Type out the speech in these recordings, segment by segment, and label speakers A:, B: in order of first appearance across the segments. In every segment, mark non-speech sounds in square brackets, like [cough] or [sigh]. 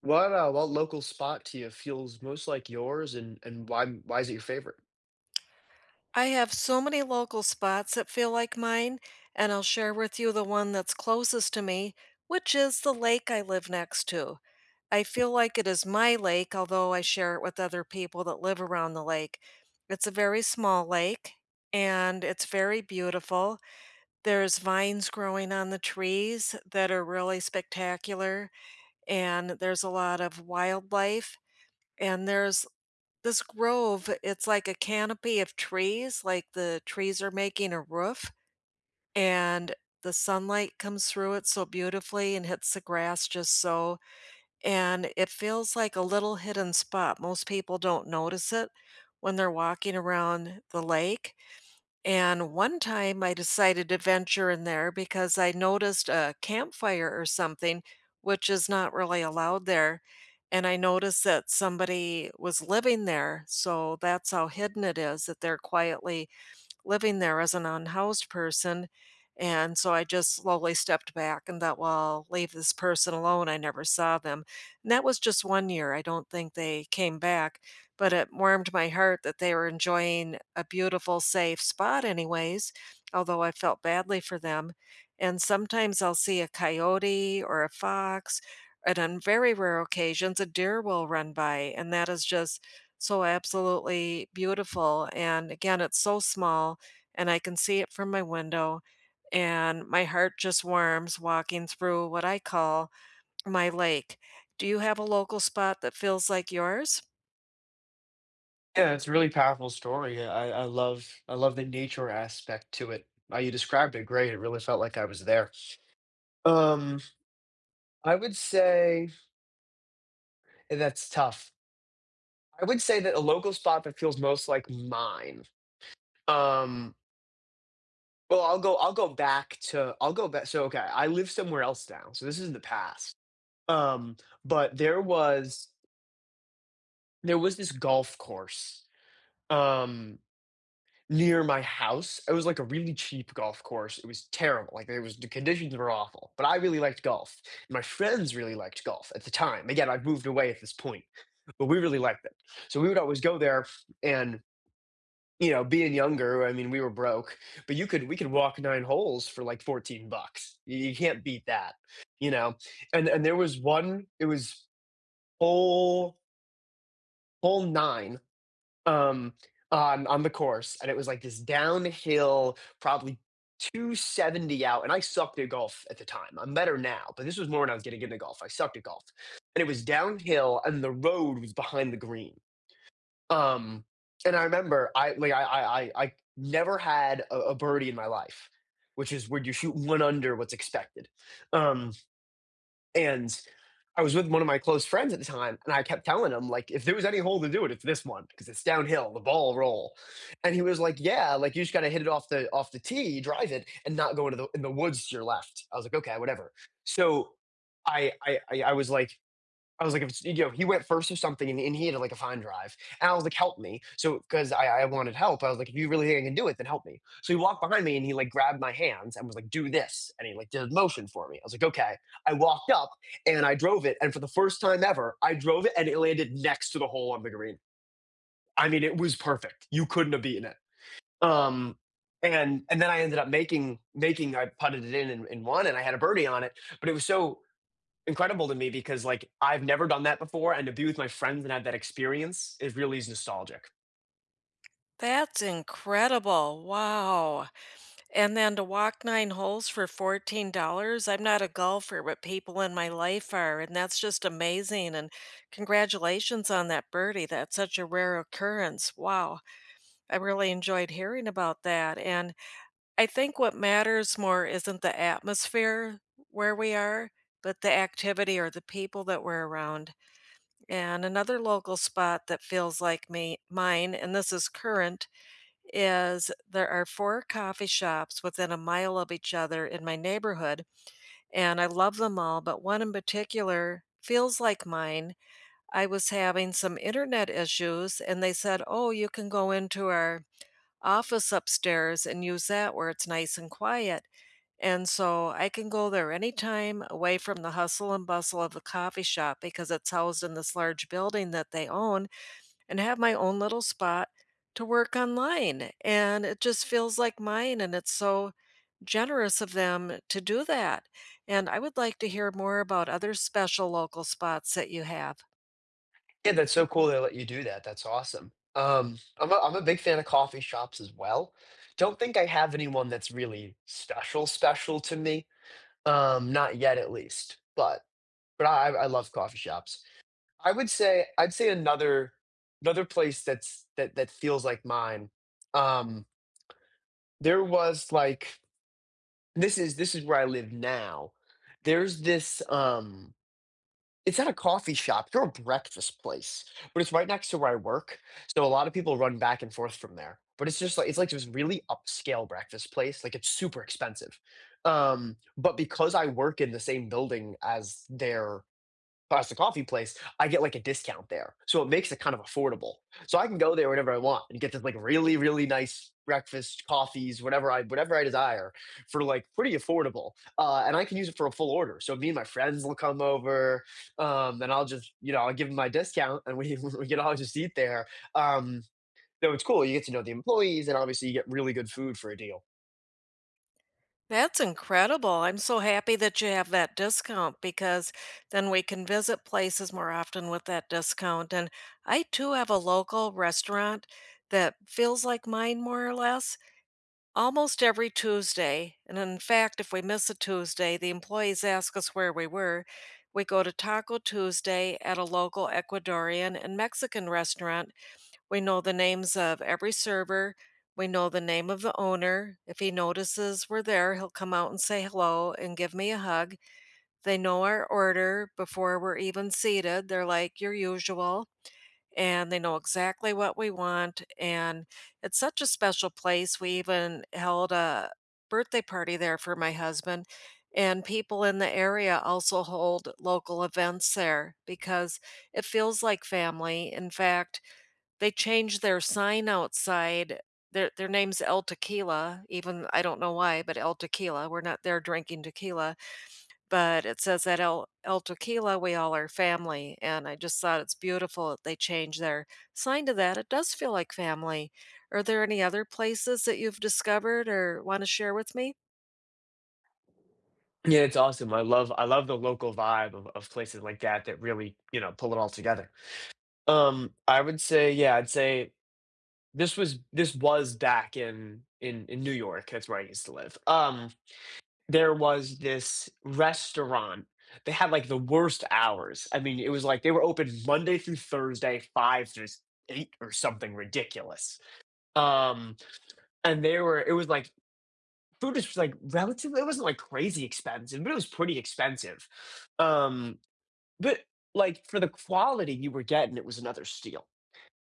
A: What local spot to you feels most like yours, and why is it your favorite?
B: I have so many local spots that feel like mine, and I'll share with you the one that's closest to me, which is the lake I live next to. I feel like it is my lake, although I share it with other people that live around the lake. It's a very small lake and it's very beautiful. There's vines growing on the trees that are really spectacular, and there's a lot of wildlife, and there's this grove, it's like a canopy of trees, like the trees are making a roof, and the sunlight comes through it so beautifully and hits the grass just so, and it feels like a little hidden spot. Most people don't notice it when they're walking around the lake, and one time I decided to venture in there because I noticed a campfire or something, which is not really allowed there. And I noticed that somebody was living there. So that's how hidden it is that they're quietly living there as an unhoused person, and so I just slowly stepped back and thought, "Well, leave this person alone." I never saw them, and that was just 1 year, I don't think they came back, but it warmed my heart that they were enjoying a beautiful, safe spot anyways, although I felt badly for them, and sometimes I'll see a coyote or a fox, and on very rare occasions, a deer will run by, and that is just so absolutely beautiful, and again, it's so small, and I can see it from my window, and my heart just warms walking through what I call my lake. Do you have a local spot that feels like yours?
A: Yeah, it's a really powerful story. Yeah, I love the nature aspect to it. You described it great. It really felt like I was there. Um, I would say that's tough. I would say that a local spot that feels most like mine. Um, well, I'll go back. So okay, I live somewhere else now. So this is in the past. Um, but there was this golf course. Um, Near my house. It was like a really cheap golf course. It was terrible. Like it was the conditions were awful. But I really liked golf. My friends really liked golf at the time. Again, I've moved away at this point, but we really liked it. So we would always go there and you know, being younger, I mean, we were broke, but you could we could walk nine holes for like 14 bucks. You can't beat that, you know. And there was one, it was hole hole nine um on the course, and it was like this downhill probably 270 out, and I sucked at golf at the time. I'm better now, but this was more when I was getting into golf. I sucked at golf, and it was downhill, and the road was behind the green. um and I remember I like I never had a birdie in my life, which is where you shoot one under what's expected. um and I was with one of my close friends at the time, and I kept telling him, like, if there was any hole to do it, it's this one because it's downhill, the ball roll. And he was like, Yeah, like you just gotta hit it off the tee, drive it, and not go into the in the woods to your left. I was like, okay, whatever. So I I I I was like, I was like, if you know, he went first or something, and he had, like, a fine drive, and I was like, "Help me." So because I wanted help, I was like, "If you really think I can do it, then help me." So he walked behind me, and he, like, grabbed my hands and was like, "Do this," and he, like, did a motion for me. I was like, "Okay." I walked up, and I drove it, and for the first time ever, I drove it, and it landed next to the hole on the green. I mean, it was perfect. You couldn't have beaten it. Um, and then I ended up making I putted it in and won, and I had a birdie on it, but it was so incredible to me because like I've never done that before, and to be with my friends and have that experience is really is nostalgic.
B: That's incredible. Wow. And then to walk 9 holes for $14, I'm not a golfer, but people in my life are, and that's just amazing, and congratulations on that birdie. That's such a rare occurrence. Wow. I really enjoyed hearing about that, and I think what matters more isn't the atmosphere where we are, but the activity or the people that we're around. And another local spot that feels like me mine, and this is current, is there are 4 coffee shops within a mile of each other in my neighborhood, and I love them all, but one in particular feels like mine. I was having some internet issues, and they said, "Oh, you can go into our office upstairs and use that where it's nice and quiet." And so I can go there anytime away from the hustle and bustle of a coffee shop because it's housed in this large building that they own and have my own little spot to work online. And it just feels like mine. And it's so generous of them to do that. And I would like to hear more about other special local spots that you have.
A: Yeah, that's so cool they let you do that. That's awesome. I'm a big fan of coffee shops as well. Don't think I have anyone that's really special to me. Not yet at least, but I love coffee shops. I'd say another place that's that feels like mine. Um, there was like this is where I live now. There's this, it's not a coffee shop, they're a breakfast place, but it's right next to where I work, so a lot of people run back and forth from there. But it's just like it's like this really upscale breakfast place, like, it's super expensive. But because I work in the same building as their pasta coffee place, I get like a discount there. So it makes it kind of affordable. So I can go there whenever I want and get this like really, really nice breakfast, coffees, whatever I desire for like pretty affordable. And I can use it for a full order. So me and my friends will come over and I'll just, you know, I'll give them my discount and we, [laughs] we can all just eat there. Um, so it's cool. You get to know the employees and obviously you get really good food for a deal.
B: That's incredible. I'm so happy that you have that discount because then we can visit places more often with that discount. And I too have a local restaurant that feels like mine more or less almost every Tuesday. And in fact, if we miss a Tuesday, the employees ask us where we were. We go to Taco Tuesday at a local Ecuadorian and Mexican restaurant. We know the names of every server. We know the name of the owner. If he notices we're there, he'll come out and say hello and give me a hug. They know our order before we're even seated. They're like, your usual. And they know exactly what we want. And it's such a special place. We even held a birthday party there for my husband. And people in the area also hold local events there because it feels like family. In fact, they changed their sign outside. Their name's El Tequila. Even I don't know why, but El Tequila, we're not there drinking tequila, but it says that El Tequila, we all are family, and I just thought it's beautiful that they changed their sign to that. It does feel like family. Are there any other places that you've discovered or wanna share with me?
A: Yeah, it's awesome. I love the local vibe of places like that that really, you know, pull it all together. I would say yeah, I'd say this was back in in New York. That's where I used to live. There was this restaurant, they had, like, the worst hours. I mean, it was like they were open Monday through Thursday, 5 to s 8 or something ridiculous. Um, and they were it was like food was, like, relatively it wasn't, like, crazy expensive, but it was pretty expensive. Um, but, like, for the quality you were getting, it was another steal.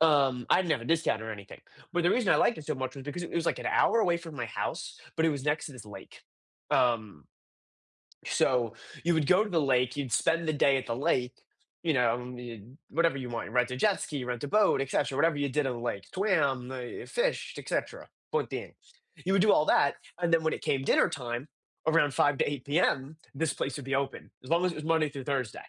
A: I didn't have a discount or anything, but the reason I liked it so much was because it was, like, an hour away from my house, but it was next to this lake. Um, so you would go to the lake, you'd spend the day at the lake, you know, you'd whatever you want. You rent a jet ski, rent a boat, etcetera, whatever you did on the lake, swam, fished, etcetera, point being. You would do all that, and then when it came dinner time, around 5 to 8 p.m., this place would be open, as long as it was Monday through Thursday.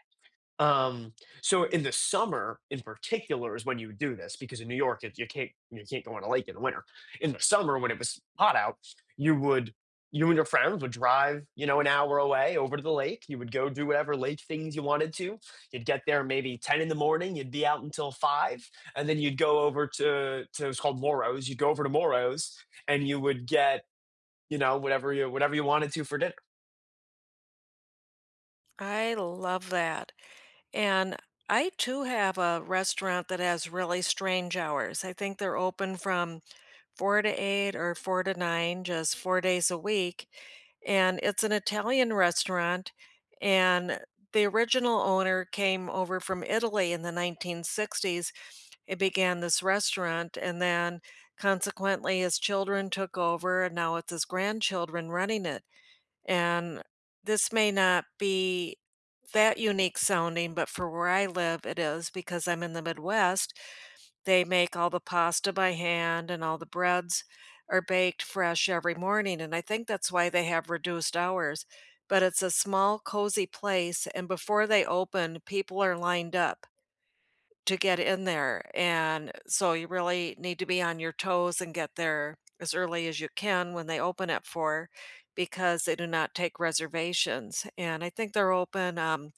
A: Um, so in the summer, in particular, is when you would do this because in New York, you can't go on a lake in the winter. In the summer, when it was hot out, you would you and your friends would drive, you know, an hour away over to the lake. You would go do whatever lake things you wanted to. You'd get there maybe ten in the morning. You'd be out until five, and then you'd go over to it's called Moro's. You'd go over to Moro's, and you would get, you know, whatever you wanted to for dinner.
B: I love that, and I too have a restaurant that has really strange hours. I think they're open from 4 to 8 or 4 to 9, just 4 days a week, and it's an Italian restaurant, and the original owner came over from Italy in the 1960s. It began this restaurant, and then consequently his children took over, and now it's his grandchildren running it, and this may not be that unique sounding, but for where I live, it is because I'm in the Midwest. They make all the pasta by hand and all the breads are baked fresh every morning, and I think that's why they have reduced hours. But it's a small, cozy place, and before they open, people are lined up to get in there, and so you really need to be on your toes and get there as early as you can when they open at 4 because they do not take reservations, and I think they're open,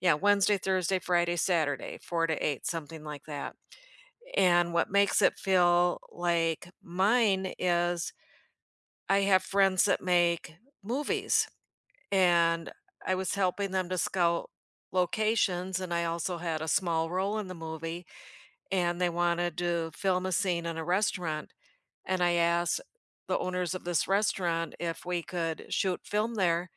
B: yeah, Wednesday, Thursday, Friday, Saturday, 4 to 8, something like that. And what makes it feel like mine is I have friends that make movies, and I was helping them to scout locations, and I also had a small role in the movie and they wanted to film a scene in a restaurant. And I asked the owners of this restaurant if we could shoot film there.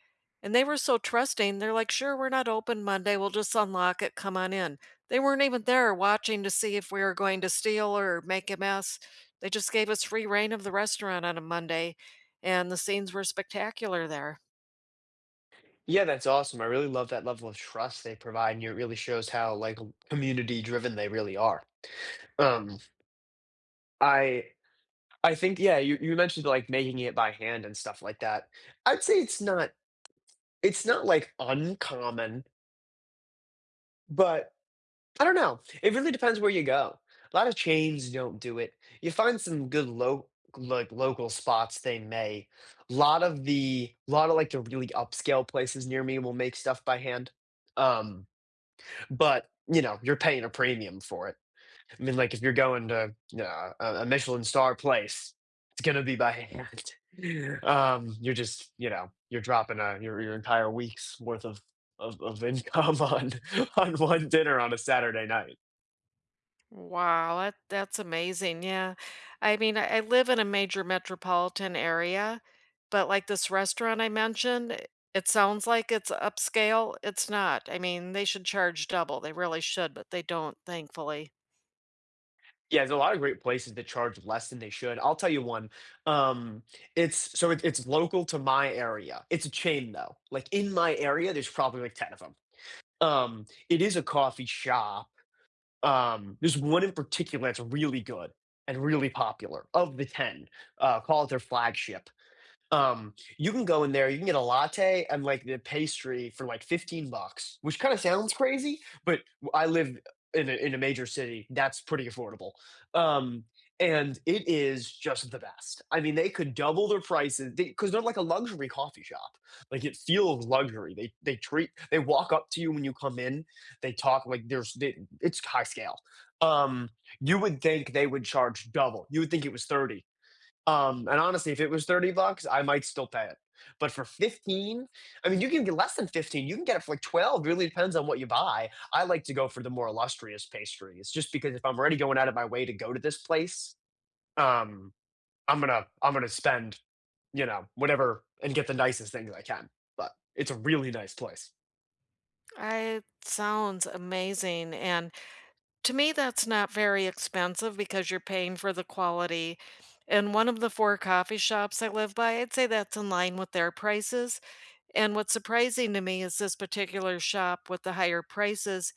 B: And they were so trusting. They're like, sure, we're not open Monday. We'll just unlock it. Come on in. They weren't even there watching to see if we were going to steal or make a mess. They just gave us free reign of the restaurant on a Monday, and the scenes were spectacular there.
A: Yeah, that's awesome. I really love that level of trust they provide, and it really shows how like community driven they really are. Um, I I think yeah, you mentioned like making it by hand and stuff like that. I'd say it's not like uncommon, but I don't know. It really depends where you go. A lot of chains don't do it. You find some good low like local spots they may. A lot of the lot of like the really upscale places near me will make stuff by hand. Um but you know you're paying a premium for it. I mean, like, if you're going to a michelin star place, it's going to be by hand. [laughs] You're just, you know, you're dropping a your entire week's worth of of income [laughs] on one dinner on a saturday night.
B: Wow, that's amazing. Yeah. I mean, I live in a major metropolitan area, but like this restaurant I mentioned, it sounds like it's upscale. It's not. I mean, they should charge double. They really should, but they don't, thankfully.
A: Yeah, there's a lot of great places that charge less than they should. I'll tell you one. um it's so it's local to my area. It's a chain though, like in my area there's probably like 10 of them. It is a coffee shop. There's one in particular that's really good and really popular of the 10. Call it their flagship. You can go in there, you can get a latte and like the pastry for like 15 bucks, which kind of sounds crazy, but I live in a major city. That's pretty affordable. Um, and it is just the best. I mean, they could double their prices because they're like a luxury coffee shop. Like it feels luxury. They walk up to you when you come in. They talk like there's they, it's high scale. Um, you would think they would charge double. You would think it was 30, and honestly, if it was 30 bucks, I might still pay it. But for 15, I mean, you can get less than 15. You can get it for like 12. Really depends on what you buy. I like to go for the more illustrious pastries just because if I'm already going out of my way to go to this place, um, I'm gonna spend, you know, whatever and get the nicest things I can. But it's a really nice place.
B: I sounds amazing. And to me, that's not very expensive because you're paying for the quality. And one of the four coffee shops I live by, I'd say that's in line with their prices. And what's surprising to me is this particular shop with the higher prices,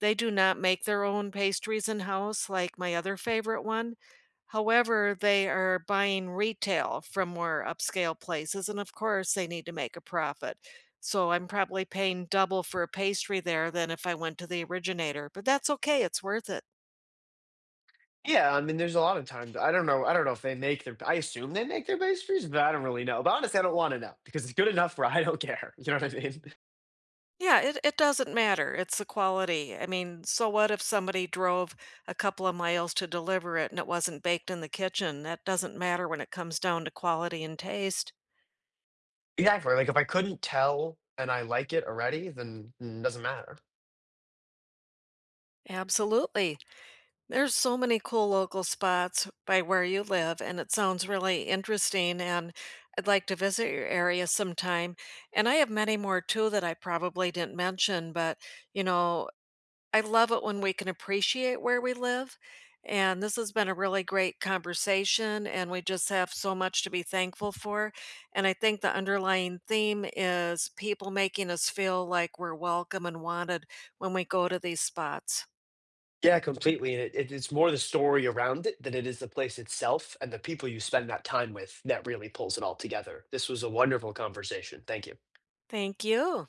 B: they do not make their own pastries in-house like my other favorite one. However, they are buying retail from more upscale places, and of course, they need to make a profit. So I'm probably paying double for a pastry there than if I went to the originator, but that's okay, it's worth it.
A: Yeah, I mean, there's a lot of times I don't know if they make their. I assume they make their pastries, but I don't really know. But honestly, I don't want to know because it's good enough where I don't care. [laughs] You know what I mean?
B: Yeah, it doesn't matter, it's the quality. I mean, so what if somebody drove a couple of miles to deliver it and it wasn't baked in the kitchen? That doesn't matter when it comes down to quality and taste.
A: Exactly, like, if I couldn't tell and I like it already, then it doesn't matter.
B: Absolutely. There's so many cool local spots by where you live, and it sounds really interesting. And I'd like to visit your area sometime. And I have many more too that I probably didn't mention, but you know, I love it when we can appreciate where we live, and this has been a really great conversation, and we just have so much to be thankful for, and I think the underlying theme is people making us feel like we're welcome and wanted when we go to these spots.
A: Yeah, completely, and it's more the story around it than it is the place itself and the people you spend that time with that really pulls it all together. This was a wonderful conversation, thank you.
B: Thank you.